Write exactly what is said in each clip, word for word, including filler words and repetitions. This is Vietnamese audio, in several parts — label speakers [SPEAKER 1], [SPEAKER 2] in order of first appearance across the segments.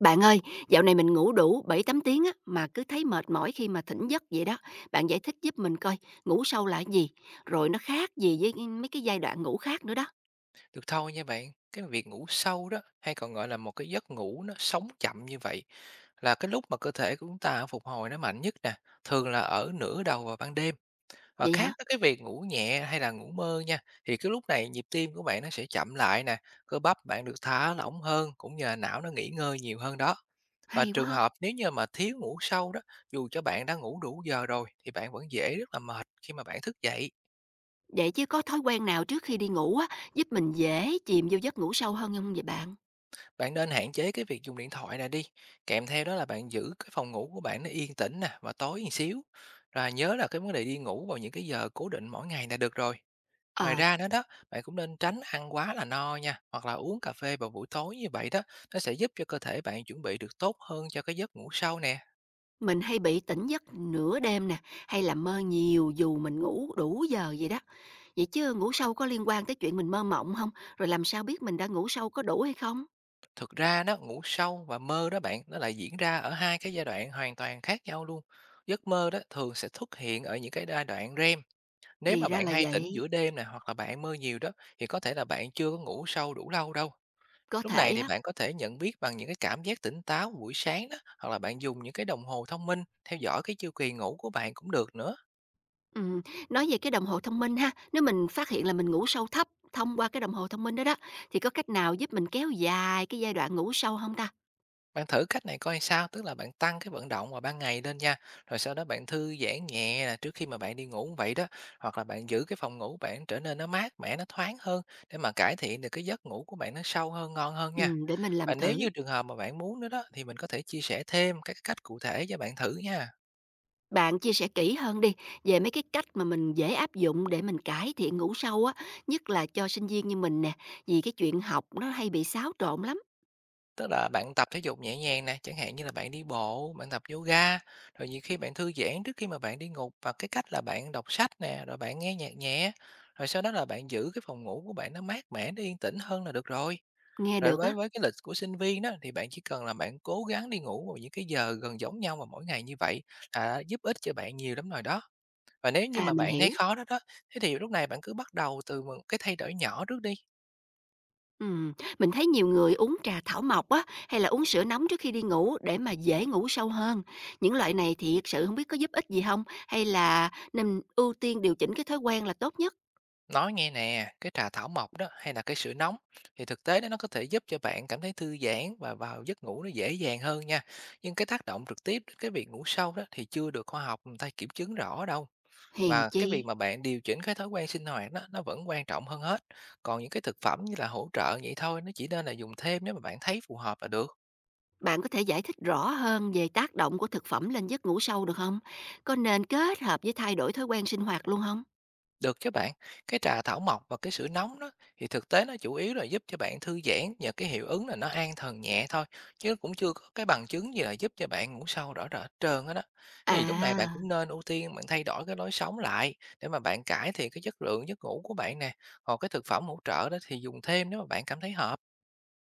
[SPEAKER 1] Bạn ơi, dạo này mình ngủ đủ bảy tám tiếng á, mà cứ thấy mệt mỏi khi mà thỉnh giấc vậy đó. Bạn giải thích giúp mình coi, ngủ sâu là cái gì? Rồi nó khác gì với cái- mấy cái giai đoạn ngủ khác nữa đó.
[SPEAKER 2] Được thôi nha bạn, cái việc ngủ sâu đó hay còn gọi là một cái giấc ngủ nó sống chậm như vậy là cái lúc mà cơ thể của chúng ta phục hồi nó mạnh nhất nè, thường là ở nửa đầu vào ban đêm và
[SPEAKER 1] Vậy hả?
[SPEAKER 2] khác với cái việc ngủ nhẹ hay là ngủ mơ nha. Thì cái lúc này nhịp tim của bạn nó sẽ chậm lại nè, cơ bắp bạn được thả lỏng hơn cũng như là não nó nghỉ ngơi nhiều hơn đó. Và
[SPEAKER 1] Hay quá
[SPEAKER 2] trường
[SPEAKER 1] ha.
[SPEAKER 2] hợp nếu như mà thiếu ngủ sâu đó, dù cho bạn đã ngủ đủ giờ rồi thì bạn vẫn dễ rất là mệt khi mà bạn thức dậy.
[SPEAKER 1] Vậy chứ có thói quen nào trước khi đi ngủ á, giúp mình dễ chìm vô giấc ngủ sâu hơn không vậy bạn?
[SPEAKER 2] Bạn nên hạn chế cái việc dùng điện thoại này đi, kèm theo đó là bạn giữ cái phòng ngủ của bạn nó yên tĩnh nè và tối một xíu. Rồi nhớ là cái vấn đề đi ngủ vào những cái giờ cố định mỗi ngày là được rồi. Ngoài
[SPEAKER 1] Ờ,
[SPEAKER 2] ra nữa đó, bạn cũng nên tránh ăn quá là no nha, hoặc là uống cà phê vào buổi tối như vậy đó, nó sẽ giúp cho cơ thể bạn chuẩn bị được tốt hơn cho cái giấc ngủ sâu nè.
[SPEAKER 1] mình hay bị tỉnh giấc nửa đêm nè, hay là mơ nhiều dù mình ngủ đủ giờ vậy đó. Vậy chứ ngủ sâu có liên quan tới chuyện mình mơ mộng không? Rồi làm sao biết mình đã ngủ sâu có đủ hay không?
[SPEAKER 2] Thực ra đó, ngủ sâu và mơ đó bạn, nó lại diễn ra ở hai cái giai đoạn hoàn toàn khác nhau luôn. Giấc mơ đó thường sẽ xuất hiện ở những cái giai đoạn rem. Nếu
[SPEAKER 1] Thì
[SPEAKER 2] mà
[SPEAKER 1] ra
[SPEAKER 2] bạn
[SPEAKER 1] là
[SPEAKER 2] hay tỉnh
[SPEAKER 1] vậy,
[SPEAKER 2] giữa đêm này hoặc là bạn mơ nhiều đó thì có thể là bạn chưa có ngủ sâu đủ lâu đâu.
[SPEAKER 1] có
[SPEAKER 2] Lúc này
[SPEAKER 1] thể
[SPEAKER 2] thì
[SPEAKER 1] á.
[SPEAKER 2] bạn có thể nhận biết bằng những cái cảm giác tỉnh táo buổi sáng đó hoặc là bạn dùng những cái đồng hồ thông minh theo dõi cái chu kỳ ngủ của bạn cũng được nữa.
[SPEAKER 1] Ừm, nói về cái đồng hồ thông minh ha, nếu mình phát hiện là mình ngủ sâu thấp thông qua cái đồng hồ thông minh đó đó, thì có cách nào giúp mình kéo dài cái giai đoạn ngủ sâu không ta?
[SPEAKER 2] Bạn thử cách này coi sao, tức là bạn tăng cái vận động vào ban ngày lên nha. Rồi sau đó bạn thư giãn nhẹ là trước khi mà bạn đi ngủ cũng vậy đó, hoặc là bạn giữ cái phòng ngủ bạn trở nên nó mát mẻ, nó thoáng hơn để mà cải thiện được cái giấc ngủ của bạn nó sâu hơn, ngon hơn nha.
[SPEAKER 1] Ừm, để mình làm
[SPEAKER 2] Và nếu
[SPEAKER 1] thử.
[SPEAKER 2] như trường hợp mà bạn muốn nữa đó, thì mình có thể chia sẻ thêm các cái cách cụ thể cho bạn thử nha.
[SPEAKER 1] Bạn chia sẻ kỹ hơn đi, về mấy cái cách mà mình dễ áp dụng để mình cải thiện ngủ sâu á, nhất là cho sinh viên như mình nè, vì cái chuyện học nó hay bị xáo trộn lắm,
[SPEAKER 2] Tức là bạn tập thể dục nhẹ nhàng nè, chẳng hạn như là bạn đi bộ, bạn tập yoga, rồi nhiều khi bạn thư giãn trước khi mà bạn đi ngủ bằng cái cách là bạn đọc sách nè, rồi bạn nghe nhạc nhẹ, rồi sau đó là bạn giữ cái phòng ngủ của bạn nó mát mẻ, nó yên tĩnh hơn là được rồi.
[SPEAKER 1] nghe
[SPEAKER 2] Rồi
[SPEAKER 1] được
[SPEAKER 2] với
[SPEAKER 1] á.
[SPEAKER 2] với cái lịch của sinh viên đó thì bạn chỉ cần là bạn cố gắng đi ngủ vào những cái giờ gần giống nhau mà mỗi ngày như vậy là giúp ích cho bạn nhiều lắm rồi đó. Và nếu như
[SPEAKER 1] À,
[SPEAKER 2] mà
[SPEAKER 1] mình
[SPEAKER 2] bạn thấy
[SPEAKER 1] hiểu.
[SPEAKER 2] khó đó đó, thế thì lúc này bạn cứ bắt đầu từ một cái thay đổi nhỏ trước đi.
[SPEAKER 1] Ừm, mình thấy nhiều người uống trà thảo mộc á, hay là uống sữa nóng trước khi đi ngủ để mà dễ ngủ sâu hơn. Những loại này thiệt sự không biết có giúp ích gì không? Hay là nên ưu tiên điều chỉnh cái thói quen là tốt nhất?
[SPEAKER 2] Nói nghe nè, cái trà thảo mộc đó hay là cái sữa nóng thì thực tế đó nó có thể giúp cho bạn cảm thấy thư giãn và vào giấc ngủ nó dễ dàng hơn nha. Nhưng cái tác động trực tiếp đến cái việc ngủ sâu đó thì chưa được khoa học người ta kiểm chứng rõ đâu.
[SPEAKER 1] Hèn
[SPEAKER 2] Và
[SPEAKER 1] chi,
[SPEAKER 2] cái việc mà bạn điều chỉnh cái thói quen sinh hoạt đó nó vẫn quan trọng hơn hết. Còn những cái thực phẩm như là hỗ trợ vậy thôi, nó chỉ nên là dùng thêm nếu mà bạn thấy phù hợp là được.
[SPEAKER 1] bạn có thể giải thích rõ hơn về tác động của thực phẩm lên giấc ngủ sâu được không? Có nên kết hợp với thay đổi thói quen sinh hoạt luôn không?
[SPEAKER 2] Được chứ bạn, cái trà thảo mộc và cái sữa nóng đó thì thực tế nó chủ yếu là giúp cho bạn thư giãn nhờ cái hiệu ứng là nó an thần nhẹ thôi, chứ nó cũng chưa có cái bằng chứng gì là giúp cho bạn ngủ sâu rõ rệt hết trơn hết đó. Thế thì lúc này bạn
[SPEAKER 1] À,
[SPEAKER 2] cũng nên ưu tiên bạn thay đổi cái lối sống lại để mà bạn cải thiện cái chất lượng giấc ngủ của bạn nè, hoặc cái thực phẩm hỗ trợ đó thì dùng thêm nếu mà bạn cảm thấy hợp.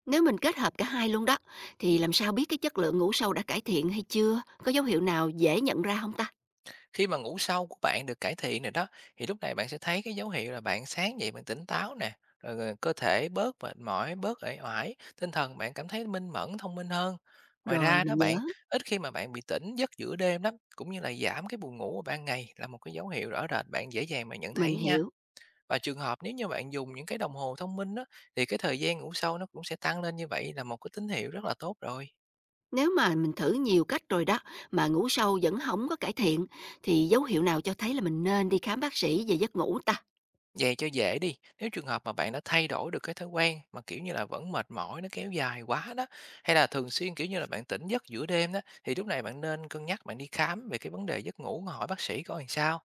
[SPEAKER 1] nếu mình kết hợp cả hai luôn đó, thì làm sao biết cái chất lượng ngủ sâu đã cải thiện hay chưa? Có dấu hiệu nào dễ nhận ra không ta?
[SPEAKER 2] Khi mà ngủ sâu của bạn được cải thiện rồi đó, thì lúc này bạn sẽ thấy cái dấu hiệu là bạn sáng dậy bạn tỉnh táo nè, rồi, rồi cơ thể bớt mệt mỏi, bớt uể oải, tinh thần bạn cảm thấy minh mẫn, thông minh hơn. Ngoài
[SPEAKER 1] Rồi,
[SPEAKER 2] ra đó
[SPEAKER 1] mình
[SPEAKER 2] bạn,
[SPEAKER 1] nhớ,
[SPEAKER 2] ít khi mà bạn bị tỉnh giấc giữa đêm lắm, cũng như là giảm cái buồn ngủ vào ban ngày là một cái dấu hiệu rõ rệt bạn dễ dàng mà nhận
[SPEAKER 1] mình
[SPEAKER 2] thấy nha.
[SPEAKER 1] hiểu.
[SPEAKER 2] Và trường hợp nếu như bạn dùng những cái đồng hồ thông minh đó, thì cái thời gian ngủ sâu nó cũng sẽ tăng lên như vậy là một cái tín hiệu rất là tốt rồi.
[SPEAKER 1] Nếu mà mình thử nhiều cách rồi đó mà ngủ sâu vẫn không có cải thiện thì dấu hiệu nào cho thấy là mình nên đi khám bác sĩ về giấc ngủ ta?
[SPEAKER 2] Vậy cho dễ đi, nếu trường hợp mà bạn đã thay đổi được cái thói quen mà, kiểu như là, vẫn mệt mỏi nó kéo dài quá đó, hay là thường xuyên, kiểu như là, bạn tỉnh giấc giữa đêm đó, thì lúc này bạn nên cân nhắc bạn đi khám về cái vấn đề giấc ngủ, hỏi bác sĩ coi làm sao.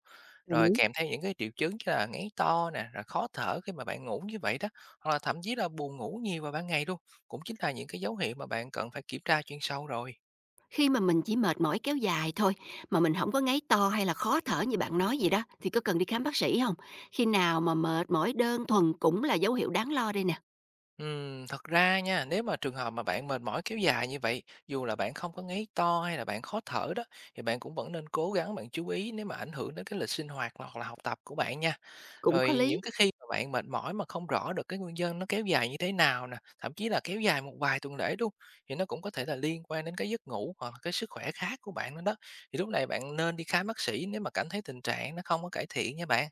[SPEAKER 1] Đồng
[SPEAKER 2] Rồi
[SPEAKER 1] ý.
[SPEAKER 2] kèm theo những cái triệu chứng như là ngáy to nè, rồi khó thở khi mà bạn ngủ như vậy đó, hoặc là thậm chí là buồn ngủ nhiều vào ban ngày luôn, cũng chính là những cái dấu hiệu mà bạn cần phải kiểm tra chuyên sâu rồi.
[SPEAKER 1] Khi mà mình chỉ mệt mỏi kéo dài thôi mà mình không có ngáy to hay là khó thở như bạn nói vậy đó thì có cần đi khám bác sĩ không? Khi nào mà mệt mỏi đơn thuần cũng là dấu hiệu đáng lo đây nè.
[SPEAKER 2] Ừm, thật ra nha, nếu mà trường hợp mà bạn mệt mỏi kéo dài như vậy, dù là bạn không có ngáy to hay là bạn khó thở đó, thì bạn cũng vẫn nên cố gắng bạn chú ý nếu mà ảnh hưởng đến cái lịch sinh hoạt hoặc là học tập của bạn nha.
[SPEAKER 1] Cũng có
[SPEAKER 2] Rồi
[SPEAKER 1] lý,
[SPEAKER 2] những cái khi mà bạn mệt mỏi mà không rõ được cái nguyên nhân nó kéo dài như thế nào nè, thậm chí là kéo dài một vài tuần lễ luôn, thì nó cũng có thể là liên quan đến cái giấc ngủ hoặc là cái sức khỏe khác của bạn nữa đó. Thì lúc này bạn nên đi khám bác sĩ nếu mà cảm thấy tình trạng nó không có cải thiện nha bạn.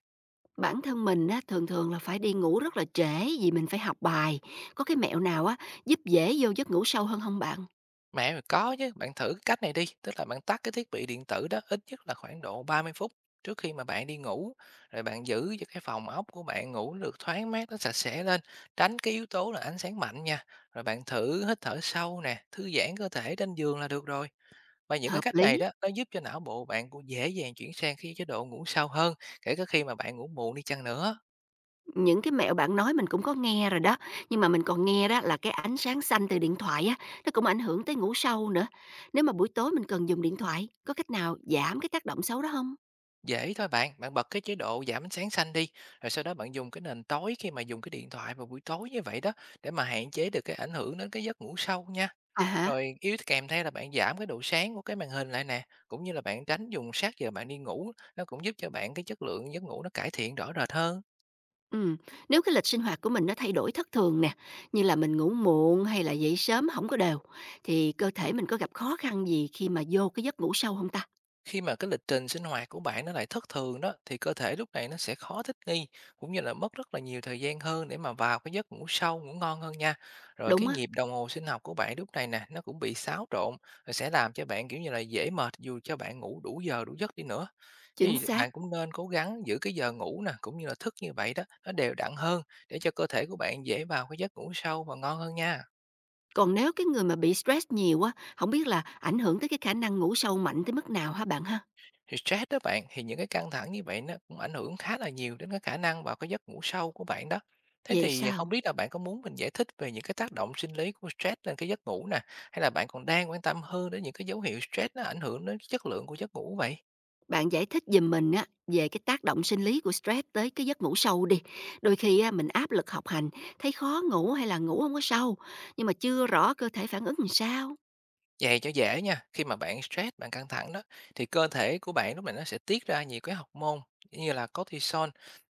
[SPEAKER 1] bản thân mình á thường thường là phải đi ngủ rất là trễ vì mình phải học bài. Có cái mẹo nào á giúp dễ vô giấc ngủ sâu hơn không bạn?
[SPEAKER 2] Mẹ mình có chứ, bạn thử cái cách này đi, tức là bạn tắt cái thiết bị điện tử đó ít nhất là khoảng độ ba mươi phút trước khi mà bạn đi ngủ, rồi bạn giữ cho cái phòng ốc của bạn ngủ nó được thoáng mát, nó sạch sẽ lên, tránh cái yếu tố là ánh sáng mạnh nha. Rồi bạn thử hít thở sâu nè, thư giãn cơ thể trên giường là được rồi. Và những cái
[SPEAKER 1] Hợp
[SPEAKER 2] cách này
[SPEAKER 1] lý.
[SPEAKER 2] đó nó giúp cho não bộ bạn cũng dễ dàng chuyển sang cái chế độ ngủ sâu hơn, kể cả khi mà bạn ngủ muộn đi chăng nữa.
[SPEAKER 1] Những cái mẹo bạn nói mình cũng có nghe rồi đó, nhưng mà mình còn nghe đó là cái ánh sáng xanh từ điện thoại á, nó cũng ảnh hưởng tới ngủ sâu nữa. Nếu mà buổi tối mình cần dùng điện thoại, có cách nào giảm cái tác động xấu đó không?
[SPEAKER 2] Dễ thôi bạn, bạn bật cái chế độ giảm ánh sáng xanh đi, rồi sau đó bạn dùng cái nền tối khi mà dùng cái điện thoại vào buổi tối như vậy đó để mà hạn chế được cái ảnh hưởng đến cái giấc ngủ sâu nha.
[SPEAKER 1] À hả?
[SPEAKER 2] Rồi yếu kèm theo là bạn giảm cái độ sáng của cái màn hình lại nè, cũng như là bạn tránh dùng sát giờ bạn đi ngủ, nó cũng giúp cho bạn cái chất lượng giấc ngủ nó cải thiện rõ rệt hơn.
[SPEAKER 1] Ừm, nếu cái lịch sinh hoạt của mình nó thay đổi thất thường nè, như là mình ngủ muộn hay là dậy sớm không có đều, thì cơ thể mình có gặp khó khăn gì khi mà vô cái giấc ngủ sâu không ta?
[SPEAKER 2] Khi mà cái lịch trình sinh hoạt của bạn nó lại thất thường đó thì cơ thể lúc này nó sẽ khó thích nghi cũng như là mất rất là nhiều thời gian hơn để mà vào cái giấc ngủ sâu ngủ ngon hơn nha. Rồi
[SPEAKER 1] Đúng
[SPEAKER 2] cái
[SPEAKER 1] á,
[SPEAKER 2] nhịp đồng hồ sinh học của bạn lúc này nè nó cũng bị xáo trộn, rồi sẽ làm cho bạn kiểu như là dễ mệt dù cho bạn ngủ đủ giờ đủ giấc đi nữa.
[SPEAKER 1] chính
[SPEAKER 2] Thì
[SPEAKER 1] xác.
[SPEAKER 2] bạn cũng nên cố gắng giữ cái giờ ngủ nè cũng như là thức như vậy đó nó đều đặn hơn để cho cơ thể của bạn dễ vào cái giấc ngủ sâu và ngon hơn nha.
[SPEAKER 1] Còn nếu cái người mà bị stress nhiều á, không biết là ảnh hưởng tới cái khả năng ngủ sâu mạnh tới mức nào hả bạn ha?
[SPEAKER 2] Thì stress đó bạn, thì những cái căng thẳng như vậy nó cũng ảnh hưởng khá là nhiều đến cái khả năng vào cái giấc ngủ sâu của bạn đó. Thế
[SPEAKER 1] Vậy
[SPEAKER 2] thì
[SPEAKER 1] sao?
[SPEAKER 2] không biết là bạn có muốn mình giải thích về những cái tác động sinh lý của stress lên cái giấc ngủ nè, hay là bạn còn đang quan tâm hơn đến những cái dấu hiệu stress nó ảnh hưởng đến chất lượng của giấc ngủ vậy?
[SPEAKER 1] Bạn giải thích giùm mình á về cái tác động sinh lý của stress tới cái giấc ngủ sâu đi. Đôi khi á mình áp lực học hành, thấy khó ngủ hay là ngủ không có sâu, nhưng mà chưa rõ cơ thể phản ứng làm sao.
[SPEAKER 2] Vậy cho dễ nha, khi mà bạn stress, bạn căng thẳng đó thì cơ thể của bạn lúc này nó sẽ tiết ra nhiều cái hormone như là cortisol.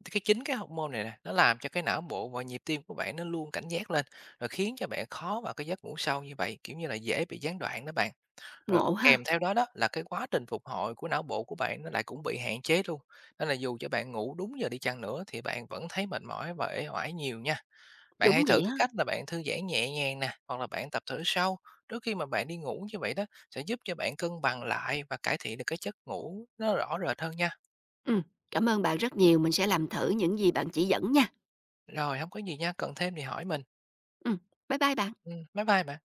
[SPEAKER 2] Thì cái chính cái hormone này nè, nó làm cho cái não bộ và nhịp tim của bạn nó luôn cảnh giác lên rồi khiến cho bạn khó vào cái giấc ngủ sâu như vậy, kiểu như là dễ bị gián đoạn đó bạn. Rồi
[SPEAKER 1] Ngộ ha.
[SPEAKER 2] kèm theo đó đó là cái quá trình phục hồi của não bộ của bạn nó lại cũng bị hạn chế luôn. Nên là dù cho bạn ngủ đúng giờ đi chăng nữa thì bạn vẫn thấy mệt mỏi và uể oải nhiều nha. Bạn
[SPEAKER 1] Đúng
[SPEAKER 2] hãy thử
[SPEAKER 1] vậy á.
[SPEAKER 2] cái cách là bạn thư giãn nhẹ nhàng nè, hoặc là bạn tập thở sâu trước khi mà bạn đi ngủ như vậy đó sẽ giúp cho bạn cân bằng lại và cải thiện được cái giấc ngủ nó rõ rệt hơn nha.
[SPEAKER 1] Ừm, cảm ơn bạn rất nhiều, mình sẽ làm thử những gì bạn chỉ dẫn nha.
[SPEAKER 2] Rồi, không có gì nha, cần thêm thì hỏi mình.
[SPEAKER 1] Ừm, bye bye bạn.
[SPEAKER 2] Ừm, bye bye bạn.